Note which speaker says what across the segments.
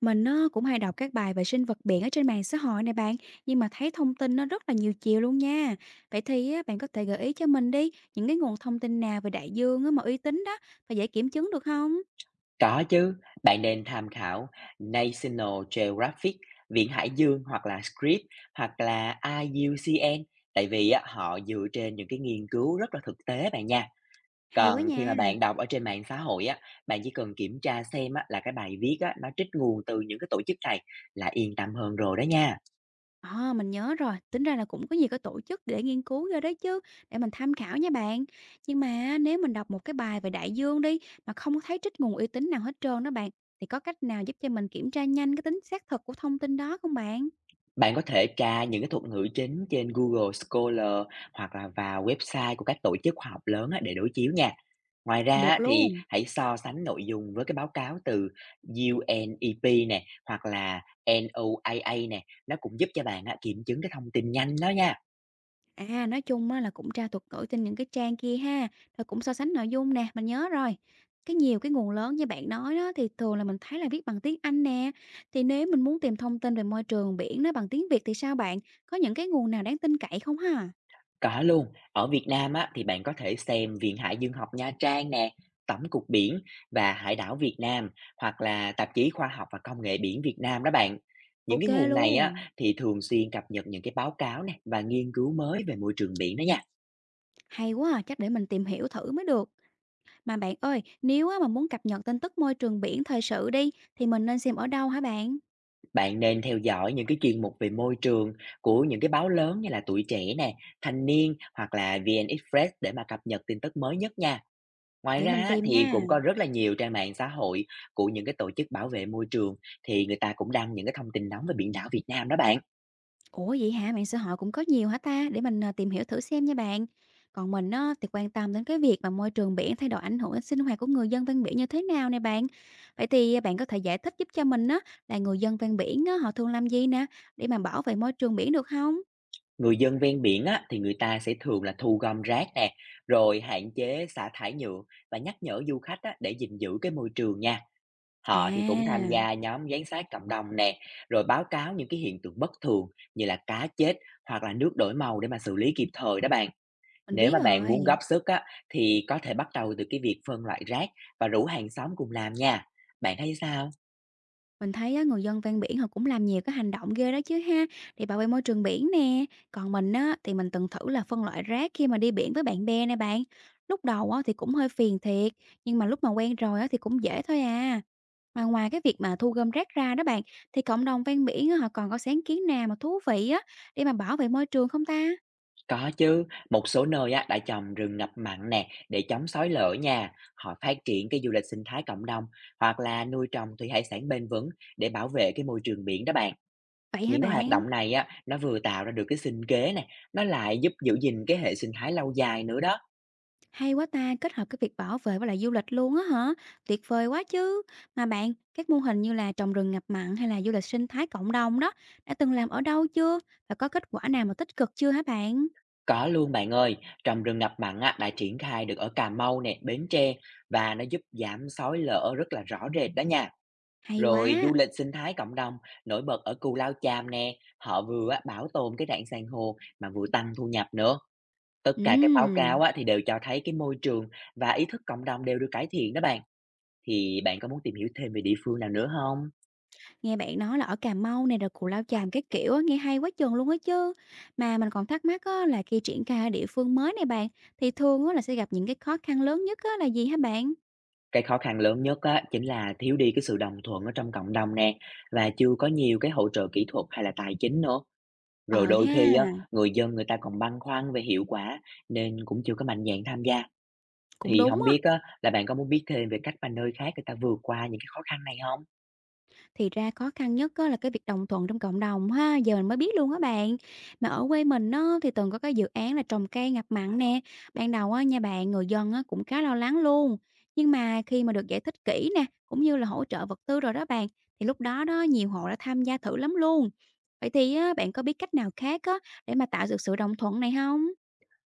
Speaker 1: Mình nó cũng hay đọc các bài về sinh vật biển ở trên mạng xã hội này bạn, nhưng mà thấy thông tin nó rất là nhiều chiều luôn nha. Vậy thì á, bạn có thể gợi ý cho mình đi những cái nguồn thông tin nào về đại dương á, mà uy tín đó và dễ kiểm chứng được không?
Speaker 2: Có chứ, bạn nên tham khảo National Geographic, Viện Hải Dương hoặc là Scripps hoặc là IUCN tại vì á, họ dựa trên những cái nghiên cứu rất là thực tế bạn nha.
Speaker 1: Hay quá
Speaker 2: Còn khi mà
Speaker 1: nha.
Speaker 2: bạn đọc ở trên mạng xã hội á, bạn chỉ cần kiểm tra xem á, là cái bài viết á, nó trích nguồn từ những cái tổ chức này là yên tâm hơn rồi đó nha.
Speaker 1: À, mình nhớ rồi, tính ra là cũng có nhiều cái tổ chức để nghiên cứu ra đấy chứ, để mình tham khảo nha bạn. Nhưng mà nếu mình đọc một cái bài về đại dương đi mà không có thấy trích nguồn uy tín nào hết trơn đó bạn, thì có cách nào giúp cho mình kiểm tra nhanh cái tính xác thực của thông tin đó không bạn?
Speaker 2: Bạn có thể tra những cái thuật ngữ chính trên Google Scholar hoặc là vào website của các tổ chức khoa học lớn á, để đối chiếu nha. Ngoài ra
Speaker 1: Được
Speaker 2: á, thì
Speaker 1: luôn.
Speaker 2: hãy so sánh nội dung với cái báo cáo từ UNEP nè hoặc là NOAA nè, nó cũng giúp cho bạn á, kiểm chứng cái thông tin nhanh đó nha.
Speaker 1: À, nói chung á là cũng tra thuật ngữ trên những cái trang kia ha, rồi cũng so sánh nội dung nè, mình nhớ rồi. Cái nhiều cái nguồn lớn như bạn nói đó thì thường là mình thấy là viết bằng tiếng Anh nè. Thì nếu mình muốn tìm thông tin về môi trường biển nó bằng tiếng Việt thì sao bạn? Có những cái nguồn nào đáng tin cậy không ha?
Speaker 2: Có luôn, ở Việt Nam á, thì bạn có thể xem Viện Hải dương học Nha Trang nè, tổng cục biển và Hải đảo Việt Nam hoặc là tạp chí Khoa học và Công nghệ biển Việt Nam đó bạn. Những
Speaker 1: Ok
Speaker 2: cái nguồn này á,
Speaker 1: luôn.
Speaker 2: thì thường xuyên cập nhật những cái báo cáo này và nghiên cứu mới về môi trường biển đó nha.
Speaker 1: Hay quá, à, chắc để mình tìm hiểu thử mới được. Mà bạn ơi, nếu á mà muốn cập nhật tin tức môi trường biển thời sự đi thì mình nên xem ở đâu hả bạn?
Speaker 2: Bạn nên theo dõi những cái chuyên mục về môi trường của những cái báo lớn như là Tuổi Trẻ nè, Thanh Niên hoặc là VN Express để mà cập nhật tin tức mới nhất nha. Ngoài
Speaker 1: Để
Speaker 2: ra
Speaker 1: mình
Speaker 2: á,
Speaker 1: tìm
Speaker 2: thì
Speaker 1: nha.
Speaker 2: cũng có rất là nhiều trang mạng xã hội của những cái tổ chức bảo vệ môi trường thì người ta cũng đăng những cái thông tin nóng về biển đảo Việt Nam đó bạn.
Speaker 1: Ủa vậy hả? Mạng xã hội cũng có nhiều hả ta? Để mình, tìm hiểu thử xem nha bạn. Còn mình á, thì quan tâm đến cái việc mà môi trường biển thay đổi ảnh hưởng đến sinh hoạt của người dân ven biển như thế nào nè bạn. Vậy thì à, bạn có thể giải thích giúp cho mình á, là người dân ven biển á, họ thường làm gì nè, để mà bảo vệ môi trường biển được không?
Speaker 2: Người dân ven biển á, thì người ta sẽ thường là thu gom rác nè, rồi hạn chế xả thải nhựa và nhắc nhở du khách á, để gìn giữ cái môi trường nha. Họ thì cũng tham
Speaker 1: À,
Speaker 2: gia nhóm giám sát cộng đồng nè, rồi báo cáo những cái hiện tượng bất thường như là cá chết hoặc là nước đổi màu để mà xử lý kịp thời đó bạn.
Speaker 1: mình
Speaker 2: Nếu
Speaker 1: biết
Speaker 2: mà bạn muốn góp
Speaker 1: rồi.
Speaker 2: sức á, thì có thể bắt đầu từ cái việc phân loại rác và rủ hàng xóm cùng làm nha. Bạn thấy sao?
Speaker 1: Mình thấy á, người dân ven biển họ cũng làm nhiều cái hành động ghê đó chứ ha, để bảo vệ môi trường biển nè. Còn mình á, thì mình từng thử là phân loại rác khi mà đi biển với bạn bè nè bạn. Lúc đầu á, thì cũng hơi phiền thiệt, nhưng mà lúc mà quen rồi á, thì cũng dễ thôi à. Mà ngoài cái việc mà thu gom rác ra đó bạn, thì cộng đồng ven biển á, họ còn có sáng kiến nào mà thú vị á, để mà bảo vệ môi trường không ta?
Speaker 2: Có chứ, một số nơi á, đã trồng rừng ngập mặn nè để chống xói lở nha. Họ phát triển cái du lịch sinh thái cộng đồng hoặc là nuôi trồng thủy hải sản bền vững để bảo vệ cái môi trường biển đó bạn.
Speaker 1: Vậy hả
Speaker 2: Những cái hoạt
Speaker 1: bạn?
Speaker 2: động này á, nó vừa tạo ra được cái sinh kế nè, nó lại giúp giữ gìn cái hệ sinh thái lâu dài nữa đó.
Speaker 1: Hay quá ta, kết hợp cái việc bảo vệ với lại du lịch luôn á hả? Tuyệt vời quá chứ. Mà bạn, các mô hình như là trồng rừng ngập mặn hay là du lịch sinh thái cộng đồng đó, đã từng làm ở đâu chưa? Và có kết quả nào mà tích cực chưa hả bạn?
Speaker 2: Có luôn bạn ơi, trồng rừng ngập mặn á, đã triển khai được ở Cà Mau nè, Bến Tre và nó giúp giảm sói lở rất là rõ rệt đó nha.
Speaker 1: Hay
Speaker 2: Rồi du
Speaker 1: quá.
Speaker 2: lịch sinh thái cộng đồng nổi bật ở Cù Lao Chàm nè, họ vừa á, bảo tồn cái rạn san hô mà vừa tăng thu nhập nữa. Tất cả các báo
Speaker 1: Ừm,
Speaker 2: cáo á, thì đều cho thấy cái môi trường và ý thức cộng đồng đều được cải thiện đó bạn. Thì bạn có muốn tìm hiểu thêm về địa phương nào nữa không?
Speaker 1: nghe bạn nói là ở Cà Mau này rồi Cù Lao Chàm cái kiểu á, nghe hay quá chừng luôn á chứ. Mà mình còn thắc mắc á, là khi triển khai ở địa phương mới này bạn, thì thường á, là sẽ gặp những cái khó khăn lớn nhất á, là gì hả bạn?
Speaker 2: Cái khó khăn lớn nhất á, chính là thiếu đi cái sự đồng thuận ở trong cộng đồng nè và chưa có nhiều cái hỗ trợ kỹ thuật hay là tài chính nữa. Rồi
Speaker 1: Ờ
Speaker 2: đôi khi á,
Speaker 1: ha,
Speaker 2: người ta còn băn khoăn về hiệu quả nên cũng chưa có mạnh dạn tham gia.
Speaker 1: cũng
Speaker 2: Thì
Speaker 1: đúng
Speaker 2: không
Speaker 1: á.
Speaker 2: biết á, là bạn có muốn biết thêm về cách mà nơi khác người ta vượt qua những cái khó khăn này không?
Speaker 1: Thì ra khó khăn nhất á là cái việc đồng thuận trong cộng đồng ha, giờ mình mới biết luôn á bạn. Mà ở quê mình á thì từng có cái dự án là trồng cây ngập mặn nè, ban đầu á nha bạn, người dân á cũng khá lo lắng luôn. Nhưng mà khi mà được giải thích kỹ nè, cũng như là hỗ trợ vật tư rồi đó bạn, thì lúc đó đó nhiều hộ đã tham gia thử lắm luôn. Vậy thì á, bạn có biết cách nào khác á để mà tạo được sự đồng thuận này không?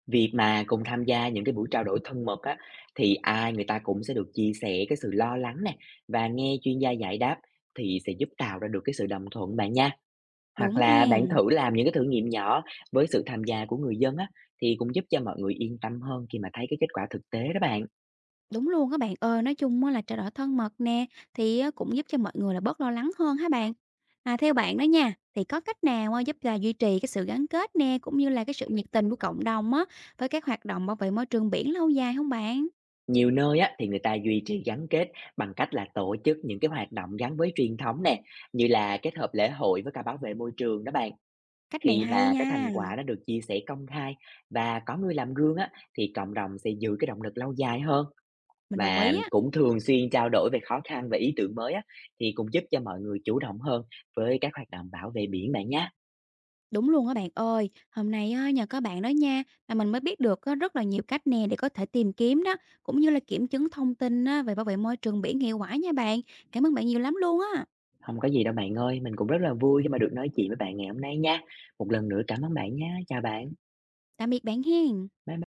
Speaker 2: Việc mà cùng tham gia những cái buổi trao đổi thân mật á, thì ai người ta cũng sẽ được chia sẻ cái sự lo lắng nè, và nghe chuyên gia giải đáp thì sẽ giúp tạo ra được cái sự đồng thuận bạn nha. Hoặc
Speaker 1: Đúng
Speaker 2: là
Speaker 1: ha.
Speaker 2: bạn thử làm những cái thử nghiệm nhỏ với sự tham gia của người dân á, thì cũng giúp cho mọi người yên tâm hơn khi mà thấy cái kết quả thực tế đó bạn.
Speaker 1: Đúng luôn các bạn ơi, nói chung á là trao đổi thân mật nè, thì á cũng giúp cho mọi người là bớt lo lắng hơn há bạn. Mà theo bạn đó nha, thì có cách nào á giúp là duy trì cái sự gắn kết nè, cũng như là cái sự nhiệt tình của cộng đồng á, với các hoạt động bảo vệ môi trường biển lâu dài không bạn?
Speaker 2: Nhiều nơi á, thì người ta duy trì gắn kết bằng cách là tổ chức những cái hoạt động gắn với truyền thống nè, như là kết hợp lễ hội với cả bảo vệ môi trường đó bạn.
Speaker 1: Cách này
Speaker 2: Khi
Speaker 1: hay
Speaker 2: mà cái thành
Speaker 1: nha,
Speaker 2: quả nó được chia sẻ công khai và có người làm gương á, thì cộng đồng sẽ giữ cái động lực lâu dài hơn.
Speaker 1: mình đồng
Speaker 2: Và
Speaker 1: ý á.
Speaker 2: cũng thường xuyên trao đổi về khó khăn và ý tưởng mới á, thì cũng giúp cho mọi người chủ động hơn với các hoạt động bảo vệ biển bạn nhé.
Speaker 1: Đúng luôn các bạn ơi, hôm nay á nhờ các bạn đó nha, mà mình mới biết được á rất là nhiều cách nè để có thể tìm kiếm đó, cũng như là kiểm chứng thông tin á về bảo vệ môi trường biển hiệu quả nha bạn. Cảm ơn bạn nhiều lắm luôn á.
Speaker 2: Không có gì đâu bạn ơi, mình cũng rất là vui khi mà được nói chuyện với bạn ngày hôm nay nha. Một lần nữa cảm ơn bạn nha, chào bạn,
Speaker 1: Tạm biệt bạn hen.
Speaker 2: bye.